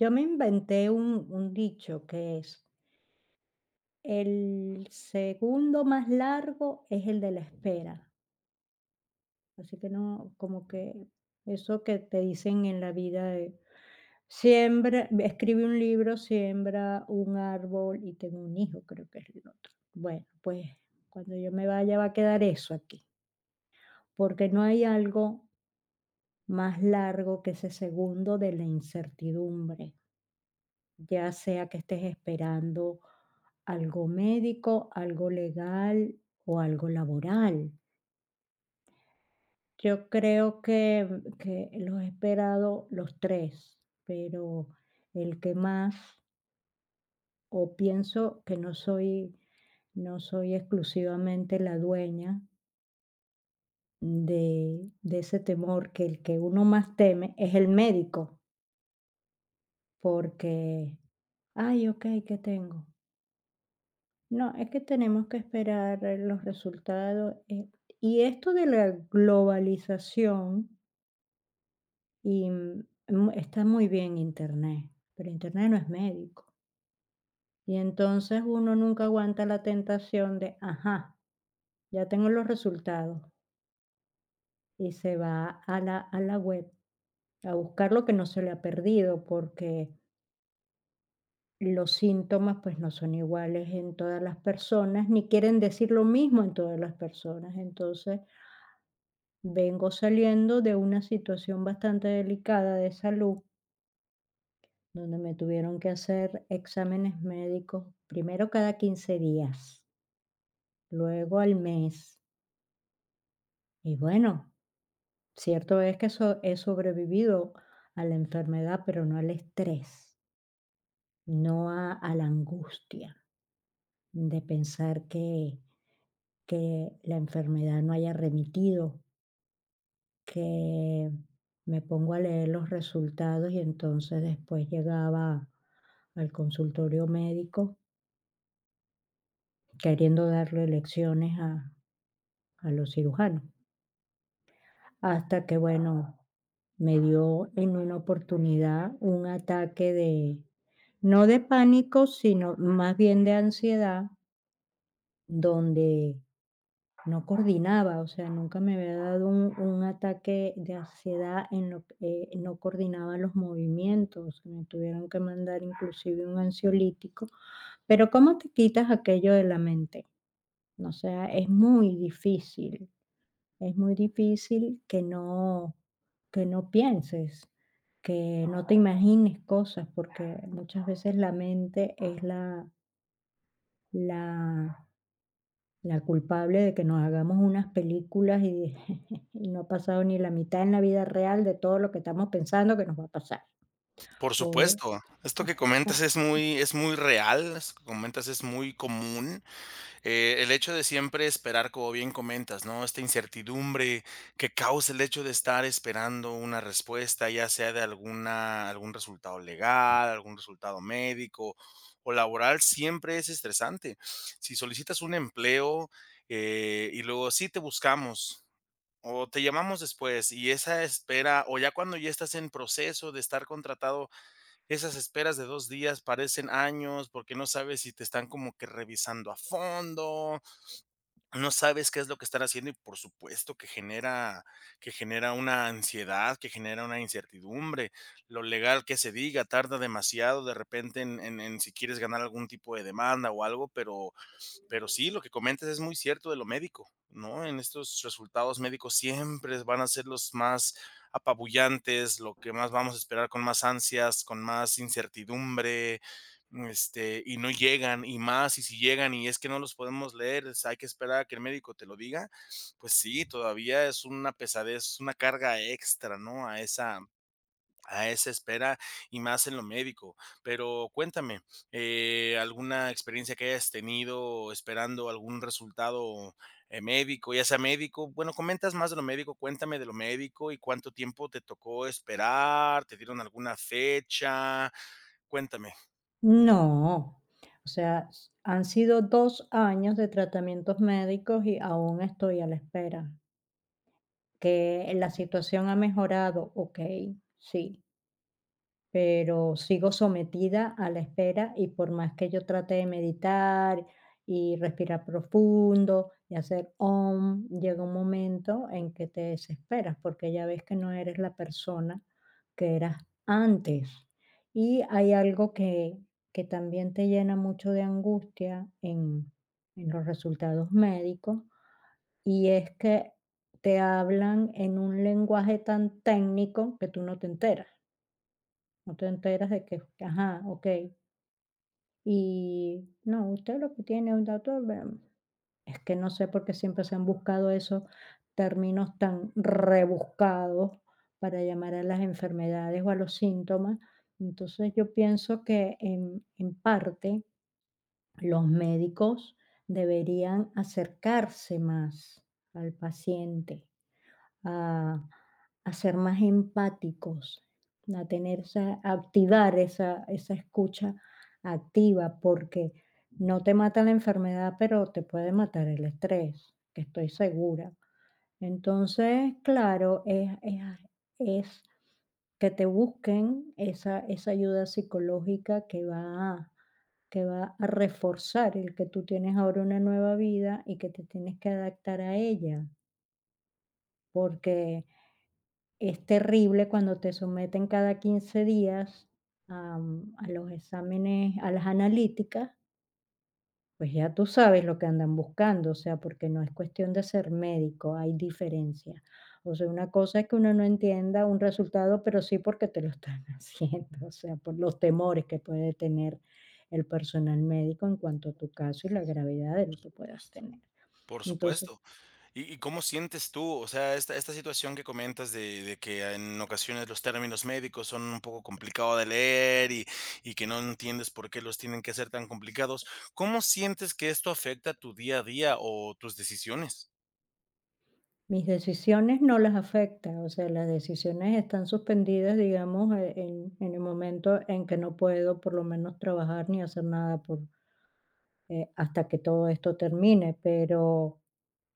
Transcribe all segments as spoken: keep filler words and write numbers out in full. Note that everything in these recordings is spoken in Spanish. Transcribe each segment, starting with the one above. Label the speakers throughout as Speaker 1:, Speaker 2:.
Speaker 1: Yo me inventé un, un dicho que es, el segundo más largo es el de la espera. Así que no, como que eso que te dicen en la vida de, siembra, escribe un libro, siembra un árbol y tengo un hijo, creo que es el otro. Bueno, pues cuando yo me vaya va a quedar eso aquí, porque no hay algo más largo que ese segundo de la incertidumbre, ya sea que estés esperando algo médico, algo legal o algo laboral. Yo creo que, mm, que los he esperado los tres, pero el que más, o pienso que no soy, no soy exclusivamente la dueña de, de ese temor, que el que uno más teme es el médico, porque, ay, ok, ¿qué tengo? No, es que tenemos que esperar eh, los resultados. Eh, y esto de la globalización, y, mm, mu- está muy bien Internet, pero Internet no es médico. Y entonces uno nunca aguanta la tentación de, ajá, ya tengo los resultados y se va a la, a la web a buscar lo que no se le ha perdido, porque los síntomas pues no son iguales en todas las personas, ni quieren decir lo mismo en todas las personas. Entonces, vengo saliendo de una situación bastante delicada de salud, donde me tuvieron que hacer exámenes médicos, primero cada quince días, luego al mes. Y bueno, cierto es que so- he sobrevivido a la enfermedad, pero no al estrés, no a, a la angustia de pensar que, que la enfermedad no haya remitido, que me pongo a leer los resultados y entonces después llegaba al consultorio médico queriendo darle lecciones a, a los cirujanos. Hasta que, bueno, me dio en una oportunidad un ataque de, no de pánico, sino más bien de ansiedad, donde no coordinaba, o sea, nunca me había dado un, un ataque de ansiedad en lo que eh, no coordinaba los movimientos, me tuvieron que mandar inclusive un ansiolítico, pero ¿cómo te quitas aquello de la mente? O sea, es muy difícil, es muy difícil que no, que no pienses, que no te imagines cosas, porque muchas veces la mente es la la la culpable de que nos hagamos unas películas y y no ha pasado ni la mitad en la vida real de todo lo que estamos pensando que nos va a pasar.
Speaker 2: Por
Speaker 1: O
Speaker 2: supuesto, esto que comentas es muy es muy real, esto que comentas es muy común. Eh, el hecho de siempre esperar, como bien comentas, ¿no? Esta incertidumbre que causa el hecho de estar esperando una respuesta, ya sea de alguna algún resultado legal, algún resultado médico o laboral, siempre es estresante. Si solicitas un empleo, eh, y luego: "Sí, te buscamos", o "Te llamamos después", y esa espera, o ya cuando ya estás en proceso de estar contratado, esas esperas de dos días parecen años, porque no sabes si te están como que revisando a fondo, no sabes qué es lo que están haciendo y por supuesto que genera que genera una ansiedad, que genera una incertidumbre. Lo legal que se diga tarda demasiado de repente en en en si quieres ganar algún tipo de demanda o algo, pero pues, pero sí, lo que comentas es muy cierto de lo médico, ¿no? En estos resultados médicos siempre van a ser los más apabullantes, lo que más vamos a esperar con más ansias, con más incertidumbre, este, y no llegan, y más, y si llegan y es que no los podemos leer, es- hay que esperar a que el médico te lo diga, pues sí, todavía es una pesadez, una carga extra, ¿no? A esa, a esa espera y más en lo médico. Pero cuéntame, eh, ¿alguna experiencia que hayas tenido esperando algún resultado eh, médico, ya sea médico? Bueno, comentas más de lo médico, cuéntame de lo médico y cuánto tiempo te tocó esperar, ¿te dieron alguna fecha? Cuéntame.
Speaker 1: no, o sea, s han sido dos años de tratamientos médicos y aún estoy a la espera. ¿Que la situación ha mejorado? Okey, sí. Pero sigo sometida a la espera y por más que yo trate de meditar y respirar profundo y hacer om, llega un momento en que te desesperas porque ya ves que no eres la persona que eras antes. Y hay algo que, que también te llena mucho de angustia en, en los resultados médicos, y es que te hablan en un lenguaje tan técnico que tú no te enteras. No te enteras de que, ajá, okey. Y no, usted lo que tiene es un tatuaje, bueno, es que no sé por qué siempre se han buscado esos términos tan rebuscados para llamar a las enfermedades o a los síntomas. Entonces, yo pienso que en en parte los médicos deberían acercarse más al paciente, a a ser más empáticos, a tener esa, a activar esa esa escucha activa, porque no te mata la enfermedad, pero te puede matar el estrés, que estoy segura. Entonces, claro, es es es que te busquen esa esa ayuda psicológica que va a, que va a reforzar el que tú tienes ahora una nueva vida y que te tienes que adaptar a ella, porque es terrible cuando te someten cada quince días a, mm, a los exámenes, a las analíticas, pues ya tú sabes lo que andan buscando, o sea, porque no es cuestión de ser médico, hay diferencia. O sea, una cosa es que uno no entienda un resultado, pero sí porque te lo están haciendo, o sea, por los temores que puede tener el personal médico en cuanto a tu caso y la gravedad de
Speaker 2: Por
Speaker 1: lo que puedas
Speaker 2: supuesto.
Speaker 1: tener.
Speaker 2: Por
Speaker 1: Entonces,
Speaker 2: supuesto. ¿Y y cómo sientes tú? O sea, esta esta situación que comentas de de que en ocasiones los términos médicos son un poco complicado de leer y y que no entiendes por qué los tienen que hacer tan complicados, ¿cómo sientes que esto afecta tu día a día o tus decisiones?
Speaker 1: mis decisiones no las afecta, o sea, las decisiones están suspendidas, digamos, eh, en en el momento en que no puedo, por lo menos, trabajar ni hacer nada por, eh, hasta que todo esto termine, pero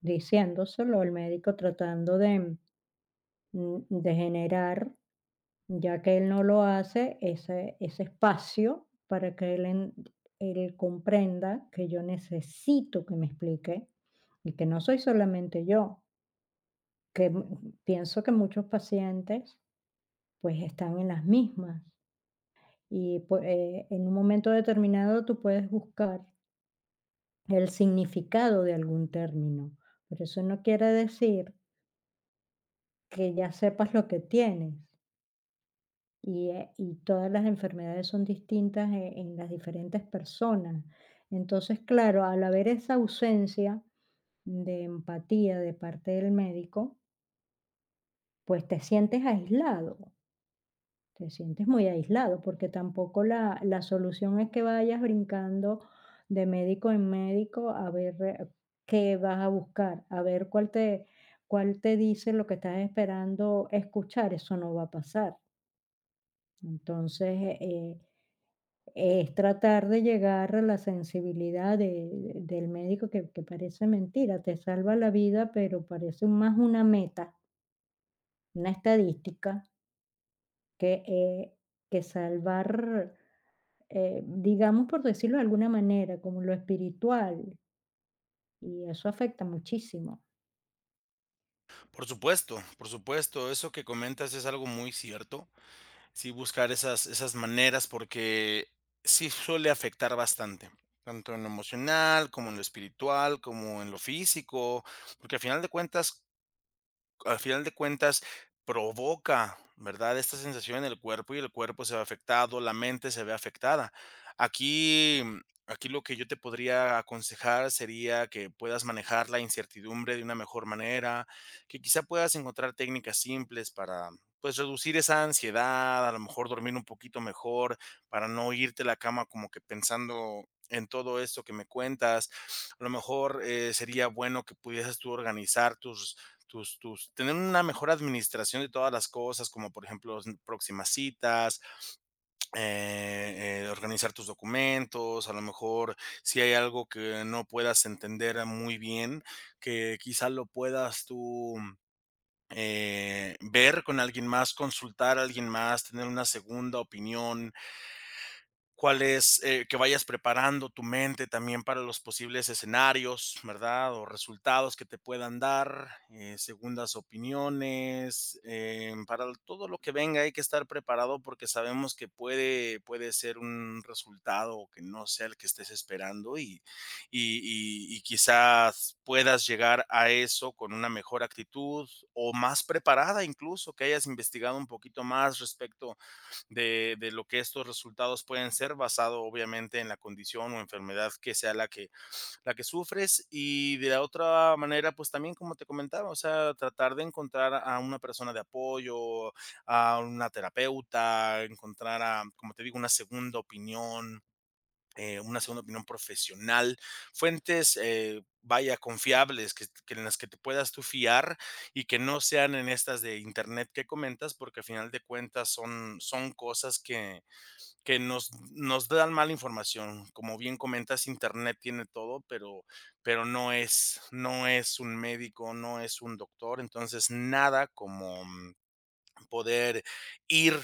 Speaker 1: diciéndoselo al médico, tratando de, mm, de generar, ya que él no lo hace, ese ese espacio para que él en él comprenda que yo necesito que me explique y que no soy solamente yo. Que, mm, pienso que muchos pacientes, pues, están en las mismas y, pues, eh, en un momento determinado tú puedes buscar el significado de algún término, pero eso no quiere decir que ya sepas lo que tienes y, eh, y todas las enfermedades son distintas e en las diferentes personas. Entonces, claro, al haber esa ausencia de empatía de parte del médico, pues, te sientes aislado. Te sientes muy aislado, porque tampoco la la solución es que vayas brincando de médico en médico a ver, eh, qué vas a buscar, a ver cuál te cuál te dice lo que estás esperando escuchar, eso no va a pasar. Entonces, eh, es tratar de llegar a la sensibilidad de de- del médico que que parece mentira, te salva la vida, pero parece más una meta, una estadística. Que, eh, que salvar, eh, digamos, por decirlo de alguna manera, como lo espiritual, y eso afecta muchísimo.
Speaker 2: Por supuesto, por supuesto, eso que comentas es algo muy cierto. Sí, buscar esas esas maneras porque sí suele afectar bastante, tanto en lo emocional, como en lo espiritual, como en lo físico, porque al final de cuentas al final de cuentas provoca, ¿verdad? Esta sensación en el cuerpo y el cuerpo se ve afectado, la mente se ve afectada. Aquí, mm, Aquí lo que yo te podría aconsejar sería que puedas manejar la incertidumbre de una mejor manera, que quizá puedas encontrar técnicas simples para, pues, reducir esa ansiedad, a lo mejor dormir un poquito mejor, para no irte a la cama como que pensando en todo esto que me cuentas. A lo mejor eh, sería bueno que pudieses tú organizar tus tus, tus, tener una mejor administración de todas las cosas, como por ejemplo s- próximas citas, eh, eh, organizar tus documentos, a lo mejor si hay algo que no puedas entender muy bien, que quizá lo puedas tú eh, ver con alguien más, consultar a alguien más, tener una segunda opinión, cuál es, eh, que vayas preparando tu mente también para los posibles escenarios, ¿verdad? O resultados que te puedan dar, eh, segundas opiniones, eh, para todo lo que venga hay que estar preparado porque sabemos que puede, puede ser un resultado que no sea el que estés esperando y, y, y- y quizás puedas llegar a eso con una mejor actitud o más preparada incluso, que hayas investigado un poquito más respecto de, de lo que estos resultados pueden ser basado obviamente en la condición o enfermedad que sea la que, la que sufres y de la otra manera pues también como te comentaba, o sea, tratar de encontrar a una persona de apoyo, a una terapeuta, encontrar a, como te digo, una segunda opinión, eh, una segunda opinión profesional, fuentes, eh, vaya, confiables, que, que en las que te puedas tú fiar y que no sean en estas de internet que comentas, porque al final de cuentas son, son cosas que, que nos, nos dan mala información. Como bien comentas, internet tiene todo, pero, pero no, es, no es un médico, no es un doctor, entonces nada como poder ir,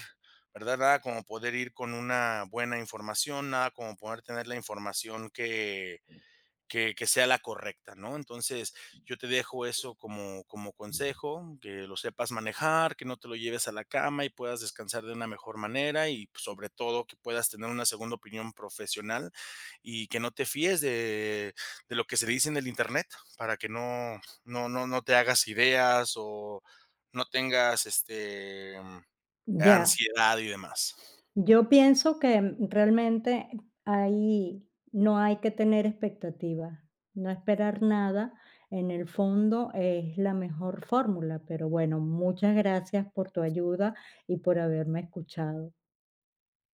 Speaker 2: ¿verdad? Nada como poder ir con una buena información, nada como poder tener la información que que, que sea la correcta, ¿no? Entonces, yo te dejo eso como, como consejo, que lo sepas manejar, que no te lo lleves a la cama y puedas descansar de una mejor manera y pues, sobre todo que puedas tener una segunda opinión profesional y que no te fíes de, de lo que se dice en el internet para que no, no, no, no te hagas ideas o no tengas este
Speaker 1: Ya,
Speaker 2: ansiedad y demás.
Speaker 1: yo pienso que, mm, realmente ahí no hay que tener expectativas, no esperar nada, en el fondo es la mejor fórmula, pero bueno, muchas gracias por tu ayuda y por haberme escuchado.